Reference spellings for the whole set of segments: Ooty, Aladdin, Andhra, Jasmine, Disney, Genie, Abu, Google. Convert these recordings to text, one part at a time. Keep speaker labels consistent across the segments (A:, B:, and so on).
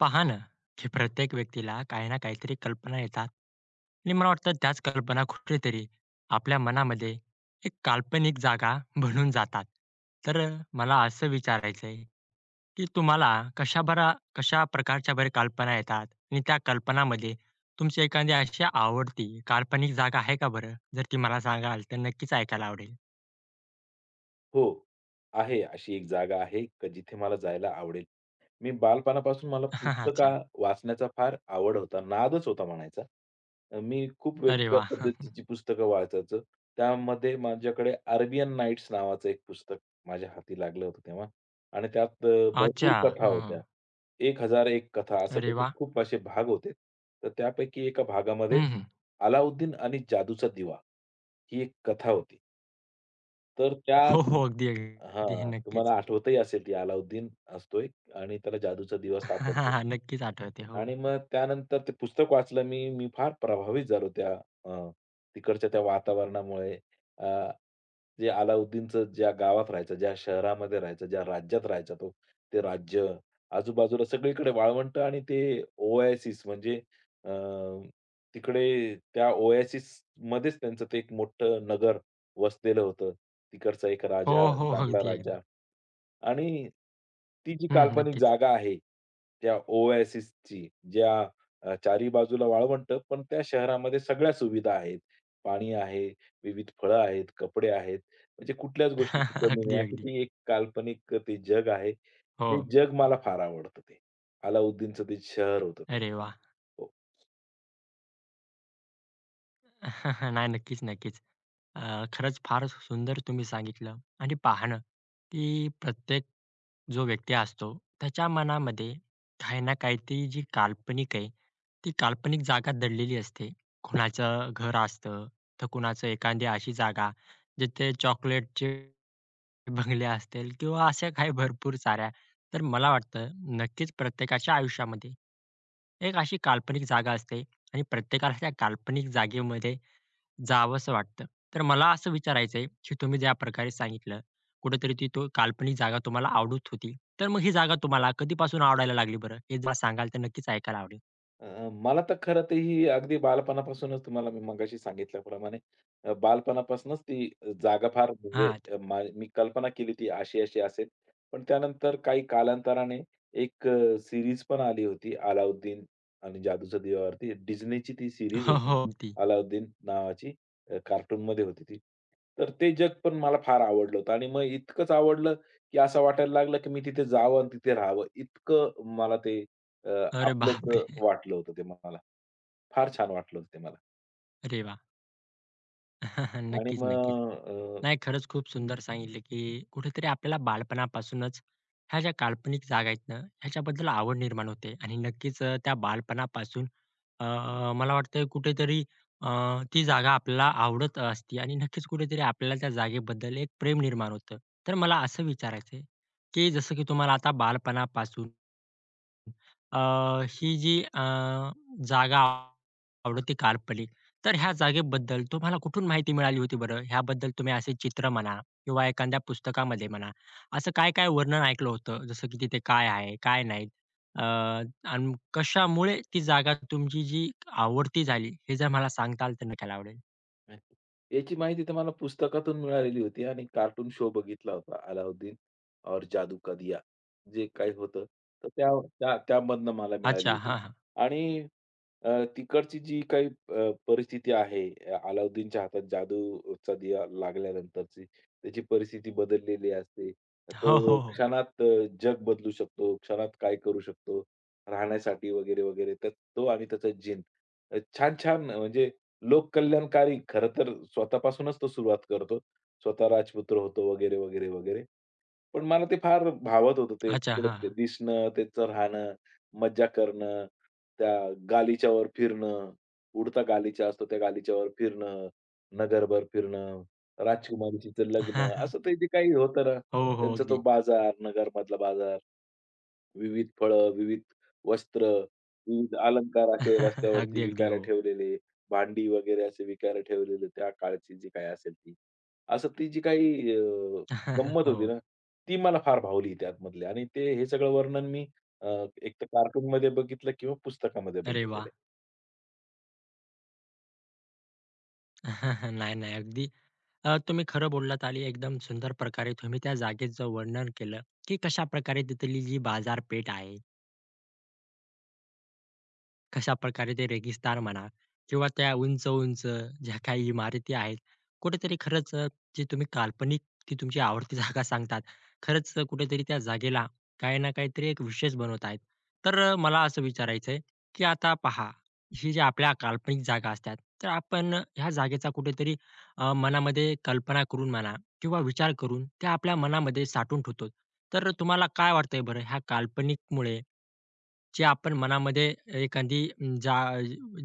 A: पहा ना, की प्रत्येक व्यक्तीला काही ना काहीतरी कल्पना येतात आणि मला वाटतं त्याच कल्पना कुठेतरी आपल्या मनामध्ये एक काल्पनिक जागा बनून जातात. तर मला असं विचारायचं आहे, की तुम्हाला कशा प्रकारच्या बरे कल्पना येतात आणि त्या कल्पनामध्ये तुमची एखादी अशी आवडती काल्पनिक जागा आहे का बरं? जर ती मला सांगाल तर नक्कीच ऐकायला आवडेल.
B: हो. आहे अशी एक जागा आहे का जिथे मला जायला आवडेल. मी बालपणापासून मला
A: अच्छा.
B: पुस्तकं वाचण्याचा फार आवड होता, नादच होता म्हणायचा. मी खूप
A: अरे
B: वेगवेगळ्या
A: वाह!
B: पद्धतीची पुस्तकं वाचायचो. त्यामध्ये माझ्याकडे अरेबियन नाईट्स नावाचं एक पुस्तक माझ्या हाती लागलं होतं तेव्हा आणि त्यात भरपूर
A: अच्छा.
B: कथा
A: हं.
B: होत्या. 1001 कथा असं
A: अरे
B: त्याचे
A: वाह!
B: खूप असे भाग होते. तर त्यापैकी एका भागामध्ये
A: हं, हं.
B: अलाउद्दीन आणि जादूचा दिवा ही एक कथा होती. तर त्या
A: हो, हो. अगदी, अगदी.
B: हां, तुम्हाला
A: नक्कीच.
B: आठवतही असेल ती अलाउद्दीन असतोय आणि त्याला जादूचा दिवा सापडतो.
A: हां, नक्कीच आठवते. हो.
B: आणि मग त्यानंतर ते पुस्तक वाचलं मी. मी फार प्रभावित झालो अ, तिकडच्या त्या वातावरणामुळे. अ, जे अलाउद्दीनचं ज्या गावात राहायचा, ज्या शहरामध्ये राहायचा, ज्या राज्यात राहायचा तो, ते राज्य, आजूबाजूला सगळीकडे वाळवंट आणि ते ओएसिस म्हणजे अ, तिकडे त्या ओएसिसमध्येच त्यांचं ते एक मोठं नगर वसलेलं होतं. तिकडचा एक
A: हो,
B: राजा,
A: हो.
B: चांगला
A: अगदी,
B: राजा
A: अगदी.
B: आणि ती जी
A: हं,
B: काल्पनिक
A: नक्कीच.
B: जागा आहे, त्या ओएसिसची चारी बाजूला वाळवंट, पण त्या शहरामध्ये सगळ्या सुविधा आहेत. पाणी आहे, विविध फळं आहेत, कपडे आहेत. म्हणजे कुठल्याच गोष्टीची कमी नाही.
A: अगदी,
B: अशी
A: अगदी.
B: ती एक काल्पनिक ते जग आहे.
A: हो.
B: ते जग मला फार आवडतं ते. अलाउद्दीनचं ते शहर होतं ते.
A: अरे वाह!
B: हो.
A: नाही, नक्कीच, नक्कीच. खरंच फार सुंदर तुम्ही सांगितलं आणि पाहणं, की प्रत्येक जो व्यक्ती असतो, त्याच्या मनामध्ये काही ना काहीतरी जी काल्पनिक आहे, ती काल्पनिक जागा दडलेली असते. कुणाचं घर असतं, तर कुणाचं एखादी अशी जागा जिथे चॉकलेटचे बंगल्या असतील किंवा अशा काही भरपूर साऱ्या. तर मला वाटतं नक्कीच प्रत्येकाच्या आयुष्यामध्ये एक अशी काल्पनिक जागा असते आणि प्रत्येकाला त्या काल्पनिक जागेमध्ये जावंसं वाटतं. तर मला असं विचारायचंय, की तुम्ही ज्या प्रकारे सांगितलं, कुठेतरी ती तो काल्पनिक जागा तुम्हाला आवडत होती. तर मग ही जागा तुम्हाला कधीपासून आवडायला लागली बरं? हे जरा सांगाल तर नक्कीच ऐकायला आवडेल.
B: मला तर खरं तर ही अगदी बालपणापासूनच तुम्हाला मी मगाशी सांगितल्याप्रमाणे बालपणापासूनच ती जागा फार म्हणजे
A: हां.
B: अ, मा मी कल्पना केली ती अशी-अशी असेल. पण त्यानंतर काही कालांतराने एक सीरीज पण आली होती अलाउद्दीन आणि जादूचा दिवावरती. Disneyची ती सीरीज
A: हो,
B: होती.
A: हो. ती.
B: अलाउद्दीन नावाची कार्टूनमध्ये होती ती. तर ते जग पण मला फार आवडलं होतं आणि मग इतकंच आवडलं, की असं वाटायला लागलं, की मी तिथे जावं आणि तिथे राहावं. इतकं मला ते अ,
A: अरे
B: आपलंसं
A: बापरे!
B: वाटलं होतं ते मला. फार छान वाटलं होतं ते मला.
A: अरे वाह!
B: आणि
A: नक्कीच, नक्कीच.
B: मग अ,
A: नाही, खरंच खूप सुंदर सांगितलं, की कुठेतरी आपल्याला बालपणापासूनच ह्या ज्या काल्पनिक जागा आहेत ना, ह्याच्याबद्दल आवड निर्माण होते आणि नक्कीच त्या बालपणापासून अ, मला वाटतं कुठेतरी अ, ती जागा आपल्याला आवडत असते आणि नक्कीच कुठेतरी आपल्याला त्या जागेबद्दल एक प्रेम निर्माण होतं. तर मला असं विचारायचं की जसं की तुम्हाला आता बालपणापासून अ, ही जी जागा आवडते काल्पनिक तर ह्या जागेबद्दल तुम्हाला कुठून माहिती मिळाली होती बरं? ह्याबद्दल तुम्ही असे चित्र म्हणा किंवा एखाद्या पुस्तकामध्ये म्हणा, असं काय-काय वर्णन ऐकलं होतं? जसं की तिथे काय आहे, काय नाही? अ, आणि कशामुळे ती जागा तुमची जी आवडती झाली, हे जर मला सांगता आलं तर नक्कीच आवडेल.
B: अच्छा. याची माहिती तर मला पुस्तकातून मिळालेली होती आणि कार्टून शो बघितला होता, अलाउद्दीन और जादू का दिया जे काही होतं, तर त्या त्या त्यामधनं मला मिळाली
A: अच्छा.
B: होती.
A: हां, हां.
B: आणि अ, तिकडची जी काही परिस्थिती आहे, अलाउद्दीनच्या हातात जादूचा दिवा लागल्यानंतरची, त्याची परिस्थिती बदललेली असते.
A: हो,
B: तो
A: हो, हो.
B: क्षणात अ, जग बदलू शकतो, क्षणात काय करू शकतो, राहण्यासाठी वगैरे, वगैरे. तर तो आणि त्याचा जिन. छान-छान म्हणजे लोककल्याणकारी खरं तर स्वतःपासूनच तो सुरुवात करतो. स्वतः राजपुत्र होतो वगैरे, वगैरे, वगैरे. पण मला ते फार भावत होतं ते
A: अच्छा.
B: तिकडं
A: हां,
B: ते
A: हां.
B: दिसणं, त्याचं राहणं, मज्जा करणं, त्या गालिच्यावर फिरणं, उडता गालिचा असतो त्या गालिच्यावर फिरणं, नगरभर फिरणं, राजकुमारीचं लग्न असं ते जे काही होतं ना,
A: हो, हो.
B: त्यांचा तो
A: अगदी.
B: बाजार, नगरमधला बाजार. विविध फळं, विविध वस्त्र, विविध अलंकार असे रस्त्यावरती
A: अगदी, अगदी.
B: विकायला
A: हो.
B: ठेवलेले, भांडी वगैरे असे विकायला ठेवलेले त्या काळची जी काही असेल ती. असं ती जी काही गंमत होती
A: हो.
B: ना, ती मला फार भावली त्यामधली आणि ते हे सगळं वर्णन मी अ, एक तर कार्टूनमध्ये बघितलं किंवा पुस्तकामध्ये
A: अरे वाह!
B: बघितलेलं आहे.
A: नाही, नाही. अगदी तुम्ही खरं बोललात आणि एकदम सुंदर प्रकारे तुम्ही त्या जागेचं वर्णन केलं, की कशा कशाप्रकारे तिथली जी बाजारपेठ आहे, कशा प्रकारे ते रेगिस्तान म्हणा किंवा त्या उंच उंच ज्या काही इमारती आहेत कुठेतरी खरंच जी तुम्ही काल्पनिक ती तुमची आवडती जागा सांगतात खरंच कुठेतरी त्या जागेला काही ना काहीतरी एक विशेष बनवत आहेत तर मला असं विचारायचंय की आता पहा ही ज्या आपल्या काल्पनिक जागा असतात तर आपण ह्या जागेचा कुठेतरी मनामध्ये कल्पना करून म्हणा किंवा विचार करून त्या आपल्या मनामध्ये साठवून ठेवतो तर तुम्हाला काय वाटतंय बरं ह्या काल्पनिकमुळे जे आपण मनामध्ये एखादी जा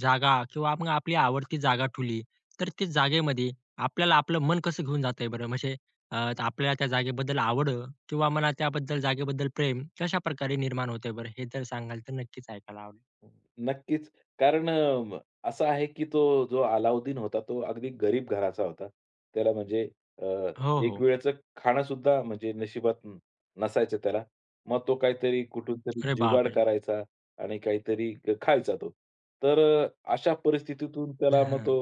A: जागा किंवा मग आपली आवडती जागा ठुली, तर त्या जागेमध्ये आपल्याला आपलं मन कसं घेऊन जातंय बरं? म्हणजे अ, आपल्याला त्या जागेबद्दल आवड किंवा मनात त्याबद्दल जागेबद्दल प्रेम कशाप्रकारे निर्माण होतंय बरं? हे जर सांगाल तर नक्कीच ऐकायला आवडेल.
B: नक्कीच. कारण असं आहे की तो जो अलाउद्दीन होता, तो अगदी गरीब घराचा होता. त्याला म्हणजे अ,
A: हो,
B: एक
A: हो.
B: वेळचं खाणं सुद्धा म्हणजे नसायचं त्याला. मग तो काहीतरी कुठूनतरी
A: अरे
B: जुगाड
A: बापरे!
B: करायचा आणि काहीतरी खायचा तो. तर अ, अशा परिस्थितीतून त्याला मग तो
A: हां.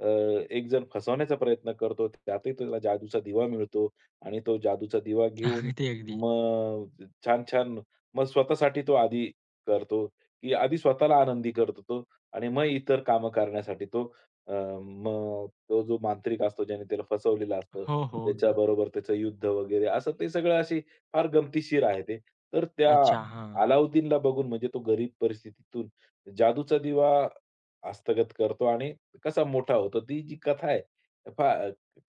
B: अ, एक जण फसवण्याचा प्रयत्न करतो. त्यातही त्याला जादूचा दिवा मिळतो आणि तो जादूचा दिवा घेऊन
A: अगदी, अगदी.
B: मग छान-छान मग स्वतःसाठी तो आधी करतो. की आधी स्वतःला आनंदी करतो तो आणि मग इतर कामं करण्यासाठी तो मग तो जो मांत्रिक असतो ज्याने त्याला फसवलेलं असतं,
A: हो, हो. अगदी.
B: त्याच्याबरोबर त्याचं युद्ध वगैरे असं ते सगळं अशी फार गमतीशीर आहे ते. तर त्या
A: अच्छा. हां.
B: अलाउद्दीनला बघून म्हणजे तो गरीब परिस्थितीतून जादूचा दिवा हस्तगत करतो आणि कसा मोठा होतो. ती जी कथा आहे फा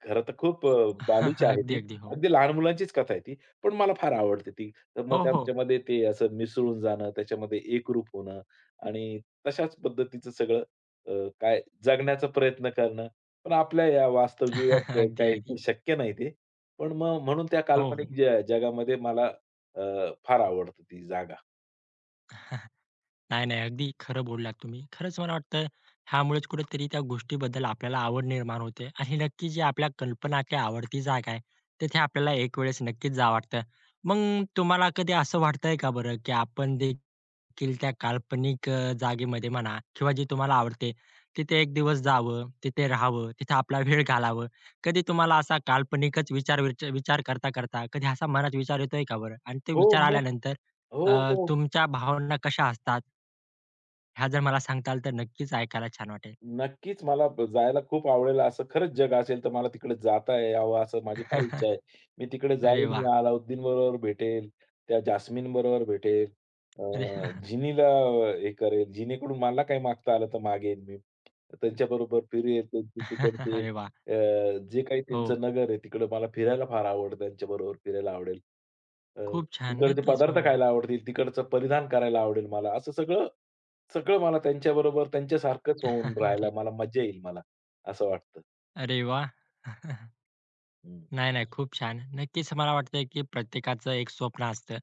B: खरं तर खूप बालीची आहे
A: अगदी,
B: ती.
A: अगदी. हो.
B: अगदी लहान मुलांचीच कथा आहे ती, पण मला फार आवडते ती तर मग
A: हो, हो.
B: त्याच्यामध्ये ते असं मिसळून जाणं, त्याच्यामध्ये एकरूप होणं आणि तशाच पद्धतीचं सगळं अ, काय जगण्याचा प्रयत्न करणं. पण आपल्या या वास्तव जीवनात
A: अगदी,
B: काही
A: अगदी.
B: शक्य नाही ते. पण मग म्हणून त्या
A: हो,
B: काल्पनिक
A: हो.
B: जगामध्ये मला अ, फार आवडतं ती जागा.
A: नाही, नाही. अगदी खरं बोललात तुम्ही. खरंच मला वाटतं ह्यामुळेच कुठेतरी त्या गोष्टीबद्दल आपल्याला आवड निर्माण होते आणि नक्की जी आपल्या कल्पनाची आवडती जागा आहे, तिथे आपल्याला एक वेळेस नक्कीच जावं वाटतं. मग तुम्हाला कधी असं वाटतंय का बरं, की आपण देखील त्या काल्पनिक जागेमध्ये म्हणा किंवा जी तुम्हाला आवडते, तिथे एक दिवस जावं, तिथे राहावं, तिथे आपला वेळ घालावं. कधी तुम्हाला असा काल्पनिकच विचार विचार करता-करता कधी असा मनात विचार येतोय का बरं? आणि ते
B: हो,
A: विचार
B: मग.
A: आल्यानंतर
B: हो,
A: अ,
B: हो.
A: तुमच्या भावना कशा असतात? ह्या जर मला सांगताल तर नक्कीच ऐकायला छान वाटेल.
B: नक्कीच मला जायला खूप आवडेल. असं खरंच जग असेल तर मला तिकडे जाता यावं असं माझी फार इच्छा आहे. मी तिकडे जाईल,
A: अरे वा
B: मी अलाउद्दीन बरोबर भेटेल, त्या जास्मिन बरोबर भेटेल,
A: अरे
B: जिनीला हे करेल. जिनीकडून मला काही मागता आलं तर मागेन मी. त्यांच्याबरोबर फिरेल. त्यांचे तिकडचे
A: अरे वाह!
B: अ, जे काही
A: हो,
B: त्यांचं नगर आहे तिकडं मला फिरायला फार आवडतं. त्यांच्याबरोबर फिरायला आवडेल. अ,
A: खूप छान.
B: तिकडचे
A: नक्कीच.
B: पदार्थ
A: हो.
B: खायला आवडतील, तिकडचं परिधान करायला आवडेल मला. असं सगळं सगळं मला त्यांच्याबरोबर त्यांच्यासारखंच होऊन राहायला
A: अरे,
B: मला मजा येईल मला, असं वाटतं.
A: अरे वाह!
B: हं,
A: नाही, नाही. खूप छान. नक्कीच मला वाटतंय, की प्रत्येकाचं एक स्वप्न असतं,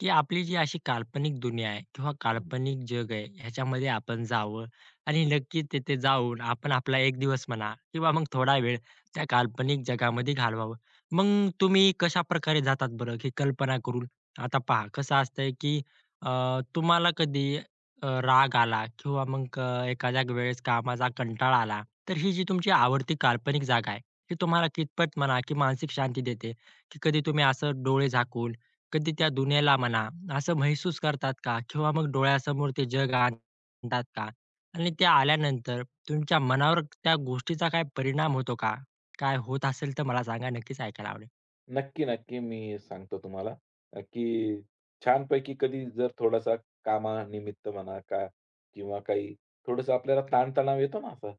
A: की आपली जी अशी काल्पनिक दुनिया आहे किंवा
B: हं.
A: काल्पनिक जग आहे, ह्याच्यामध्ये आपण जावं आणि नक्की तिथे जाऊन आपण आपला एक दिवस म्हणा किंवा मग थोडा वेळ त्या काल्पनिक जगामध्ये घालवावं. मग तुम्ही कशाप्रकारे जातात बरं, ही कल्पना करून? आता पहा कसं असतंय, की तुम्हाला कधी राग आला किंवा मग एखाद्या वेळेस कामाचा कंटाळा आला, तर ही जी तुमची आवडती काल्पनिक जागा आहे, हे तुम्हाला कितपत म्हणा की मानसिक शांती देते? की कधी तुम्ही असं डोळे झाकून, कधी त्या दुनियेला म्हणा, असं महसूस करतात का? किंवा मग डोळ्यासमोर ते जग आणतात का? आणि ते आल्यानंतर तुमच्या मनावर त्या गोष्टीचा काय परिणाम होतो का? काय होत असेल तर मला सांगा, नक्कीच ऐकायला आवडेल.
B: नक्की, नक्की. मी सांगतो तुम्हाला की छानपैकी कधी जर थोडासा कामानिमित्त म्हणा का किंवा काही थोडंसं आपल्याला ताणतणाव येतो ना असा,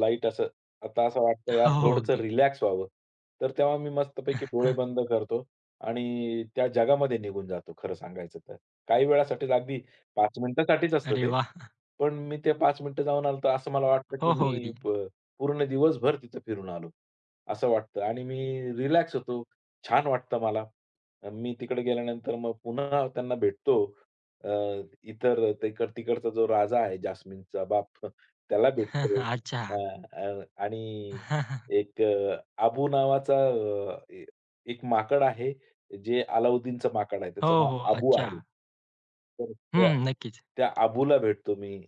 B: लाईट असं. आता असं वाटतं
A: हो,
B: यार
A: हो,
B: थोडंसं
A: अगदी.
B: रिलॅक्स व्हावं. तर तेव्हा मी मस्तपैकी डोळे बंद करतो आणि त्या जगामध्ये निघून जातो खरं सांगायचं तर. काही वेळासाठीच अगदी 5 मिनिटासाठीच असतं
A: अरे
B: ते.
A: वाह!
B: पण मी ते 5 मिनिटं जाऊन आलो तर असं मला वाटतं की
A: हो, हो,
B: मी
A: अगदी.
B: प पूर्ण दिवसभर तिथं फिरून आलो, असं वाटतं आणि मी रिलॅक्स होतो. छान वाटतं मला. मी तिकडे गेल्यानंतर मग पुन्हा त्यांना भेटतो. अ, इतर तिकडचा जो राजा आहे जास्मिनचा बाप त्याला भेटतो. अ,
A: अच्छा.
B: अ, आणि एक अबू नावाचा अ, ए एक माकड आहे, जे अलाउद्दीनचं माकड आहे. त्याचं
A: हो,
B: नाव
A: हो.
B: अबू
A: अच्छा.
B: आहे. तर त्या
A: हं, नक्कीच.
B: त्या अबूला भेटतो मी.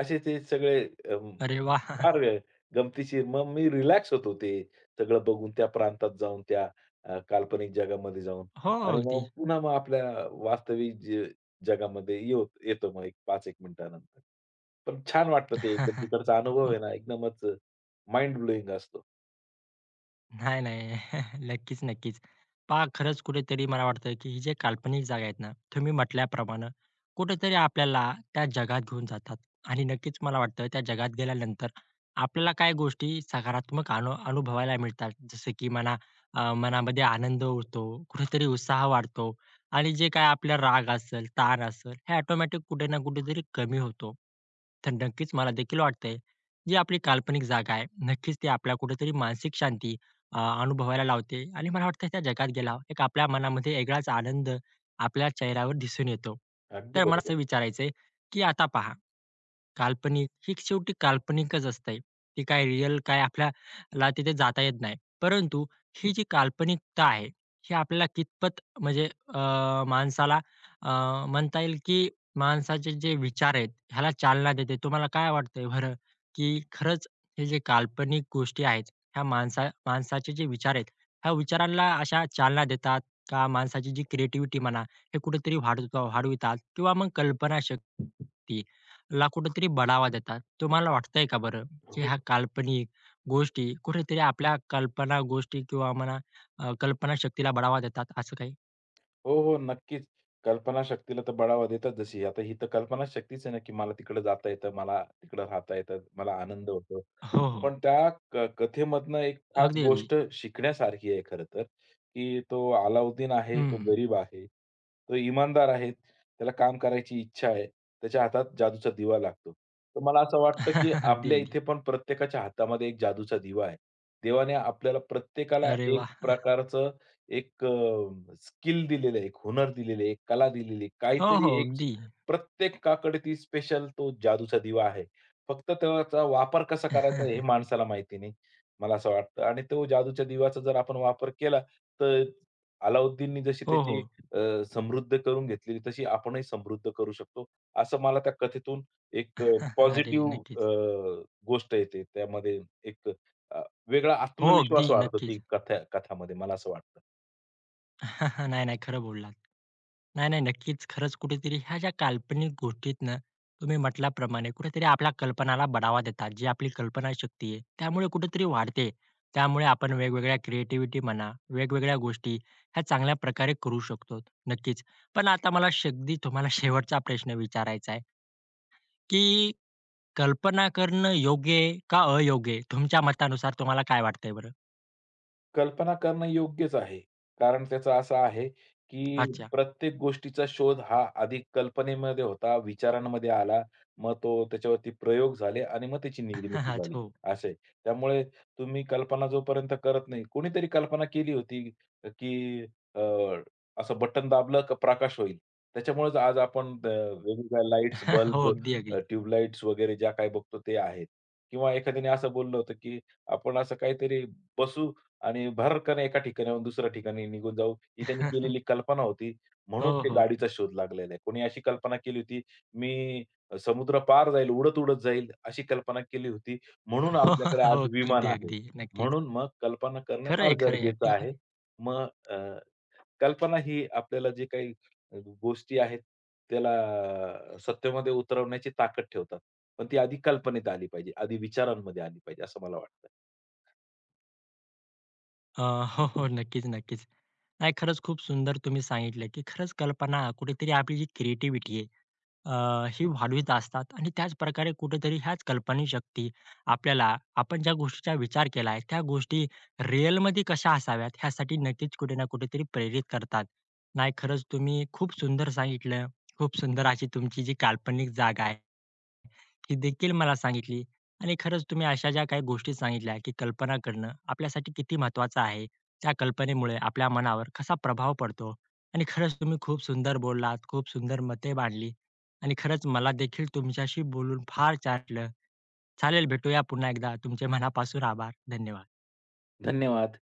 B: असे ते सगळे अं,
A: अरे वाह!
B: फार गमतीशीर. मग मी रिलॅक्स होतो ते सगळं बघून, त्या प्रांतात जाऊन, त्या काल्पनिक जगामध्ये जाऊन
A: हो,
B: आणि
A: अगदी.
B: मग पुन्हा आपल्या वास्तविक जगामध्ये येतो मग एक 5-1 मिनिटानंतर. पण छान वाटतं ते एकदम तिकडचा अनुभव आहे ना एकदमच माइंड ब्लोइंग असतो.
A: नाही, नाही. नक्कीच, नक्कीच. पहा खरंच कुठेतरी मला वाटतं, की ही जे काल्पनिक जागा आहेत ना, तुम्ही म्हटल्याप्रमाणे कुठेतरी आपल्याला त्या जगात घेऊन जातात आणि नक्कीच मला वाटतं त्या जगात गेल्यानंतर आपल्याला काही गोष्टी सकारात्मक अनुभवायला मिळतात. जसं की म्हणा मनामध्ये आनंद होतो, कुठेतरी उत्साह वाढतो आणि जे काही आपला राग असेल, ताण असेल, हे ऑटोमॅटिक कुठे ना कुठेतरी कमी होतो. तर नक्कीच मला देखील वाटतंय, जी आपली काल्पनिक जागा आहे, नक्कीच ती आपल्याला कुठेतरी मानसिक शांती अनुभवायला लावते आणि मला वाटतं त्या जगात गेल्यावर एक आपल्या मनामध्ये वेगळाच आनंद आपल्या चेहऱ्यावर दिसून येतो.
B: अगदी
A: तर मला असं
B: बरोबर.
A: विचारायचंय, की आता पहा काल्पनिक, ही शेवटी काल्पनिकच असते. ती काय रिअल काय आपल्याला तिथे जाता येत नाही. परंतु ही जी काल्पनिकता आहे, ही आपल्याला कितपत म्हणजे अ, माणसाला अ, म्हणता येईल की माणसाचे जे विचार आहेत, ह्याला चालना देते. तुम्हाला काय वाटतंय बरं, की खरंच हे जे काल्पनिक गोष्टी आहेत, ह्या माणसाचे जे विचार आहेत, ह्या विचारांना अशा चालना देतात का? माणसाची जी क्रिएटिव्हिटी म्हणा, हे कुठेतरी वाढवितात किंवा मग कल्पनाशक्ती ला कुठेतरी बढावा देतात. तुम्हाला वाटतंय का बरं, की
B: हो.
A: ह्या काल्पनिक गोष्टी कुठेतरी आपल्या कल्पना गोष्टी किंवा म्हणा कल्पनाशक्तीला बढावा देतात असं काही?
B: हो, हो. नक्कीच. कल्पनाशक्तीला तर बढावा देतात जशी. आता ही तर कल्पनाशक्तीच आहे ना, की मला तिकडं जाता येतं, मला तिकडं राहता येतं, मला आनंद होतो.
A: हो, हो.
B: पण त्या कथेमधनं एक खास
A: अगदी, अगदी.
B: गोष्ट शिकण्यासारखी आहे खरं तर, की तो अलाउद्दीन आहे,
A: हं,
B: तो
A: हं.
B: गरीब आहे, तो इमानदार आहे, त्याला काम करायची इच्छा आहे, त्याच्या हातात जादूचा दिवा लागतो. तर मला असं वाटतं, की
A: अगदी,
B: आपल्या
A: अगदी.
B: इथे पण प्रत्येकाच्या हातामध्ये एक जादूचा दिवा आहे. देवाने आपल्याला प्रत्येकाला
A: अरे
B: एक
A: वाह!
B: प्रकारचं एक स्किल दिलेलं आहे, एक हुनर दिलेलं आहे, एक कला दिलेली आहे.
A: हो,
B: काहीतरी
A: हो.
B: एक
A: अगदी.
B: प्रत्येकाकडे ती स्पेशल तो जादूचा दिवा आहे. फक्त त्याचा वापर कसा करायचा हे माणसाला माहिती नाही, मला असं वाटतं. आणि तो जादूच्या दिव्याचा जर आपण वापर केला, तर अलाउद्दीननी जशी
A: हो,
B: त्याची
A: हो.
B: अ, समृद्ध करून घेतलेली, तशी आपणही समृद्ध करू शकतो. असं मला त्या कथेतून एक
A: अरे
B: पॉझिटिव्ह
A: नक्कीच.
B: गोष्ट येते. त्यामध्ये एक अ, वेगळा
A: हो, अगदी.
B: आत्मविश्वास वाढतो ती
A: नक्कीच.
B: कथामध्ये, मला असं वाटतं.
A: नाही, नाही. खरं बोललात. नाही, नाही. नक्कीच. खरंच कुठेतरी ह्या ज्या काल्पनिक गोष्टीत ना, तुम्ही म्हटल्याप्रमाणे कुठेतरी आपल्या कल्पनाला बढावा देतात. जी आपली कल्पनाशक्ती आहे, त्यामुळे कुठेतरी वाढते. त्यामुळे आपण वेगवेगळ्या क्रिएटिव्हिटी म्हणा, वेगवेगळ्या गोष्टी ह्या चांगल्या प्रकारे करू शकतो. नक्कीच. पण आता मला अगदी तुम्हाला शेवटचा प्रश्न विचारायचा आहे, की कल्पना करणं योग्य आहे का अयोग्य आहे? तुमच्या मतानुसार तुम्हाला काय वाटतंय बरं?
B: कल्पना करणं योग्यच आहे. कारण त्याचं असं आहे, की
A: अच्छा.
B: प्रत्येक गोष्टीचा शोध हा आधी कल्पनेमध्ये होता, विचारांमध्ये आला. मग तो त्याच्यावरती प्रयोग झाले आणि मग त्याची निर्मिती झाली,
A: हो.
B: असं आहे. त्यामुळे तुम्ही कल्पना जोपर्यंत करत नाही कोणीतरी कल्पना केली होती, की अ, असं बटन दाबलं का प्रकाश होईल. त्याच्यामुळेच आज आपण वेगवेगळ्या लाईट्स,
A: हो.
B: बल्ब,
A: अगदी,
B: अ,
A: अगदी.
B: वगैरे ज्या काही बघतो ते आहेत. किंवा एखाद्याने असं बोललं होतं, की आपण असं काहीतरी बसू आणि भरकन एका ठिकाणाहून दुसऱ्या ठिकाणी निघून जाऊ, ही त्यांनी केलेली कल्पना होती.
A: हो,
B: म्हणून ते
A: हो.
B: गाडीचा शोध लागलेला आहे. कोणी अशी कल्पना केली होती, मी समुद्रपार जाईल, उडत-उडत जाईल, अशी कल्पना केली होती. म्हणून
A: हो,
B: आपल्याकडे
A: हो.
B: आज विमान
A: अगदी,
B: आहे.
A: अगदी. नक्कीच.
B: म्हणून मग कल्पना करणं
A: खरं
B: फार
A: आहे, खरं आहे.
B: गरजेचं
A: अगदी खरं
B: आहे.
A: आहे.
B: मग अ, कल्पना ही आपल्याला जे काही अ, गोष्टी आहेत, त्याला सत्यामध्ये उतरवण्याची ताकद ठेवतात. पण ती आधी कल्पनेत आली पाहिजे, आधी विचारांमध्ये आली पाहिजे, असं मला वाटतं.
A: हो, हो. नक्कीच, नक्कीच. नाही खरंच खूप सुंदर तुम्ही सांगितलं, की खरंच कल्पना कुठेतरी आपली जी क्रिएटिव्हिटी आहे ही वाढवीत असतात आणि त्याचप्रकारे कुठेतरी ह्याच कल्पनाशक्ती आपल्याला आपण ज्या गोष्टीचा विचार केला आहे, त्या गोष्टी रिअलमध्ये कशा असाव्यात ह्यासाठी नक्कीच कुठे ना कुठेतरी प्रेरित करतात. नाही खरंच तुम्ही खूप सुंदर सांगितलं. खूप सुंदर अशी तुमची जी काल्पनिक जागा आहे ही देखील मला सांगितली आणि खरंच तुम्ही अशा ज्या काही गोष्टी सांगितल्या, की कल्पना करणं आपल्यासाठी किती महत्त्वाचं आहे. त्या कल्पनेमुळे आपल्या मनावर कसा प्रभाव पडतो आणि खरंच तुम्ही खूप सुंदर बोललात, खूप सुंदर मते मांडली आणि खरंच मला देखील तुमच्याशी बोलून फार छान चालेल भेटूया पुन्हा एकदा. तुमचे मनापासून आभार. धन्यवाद.
B: धन्यवाद.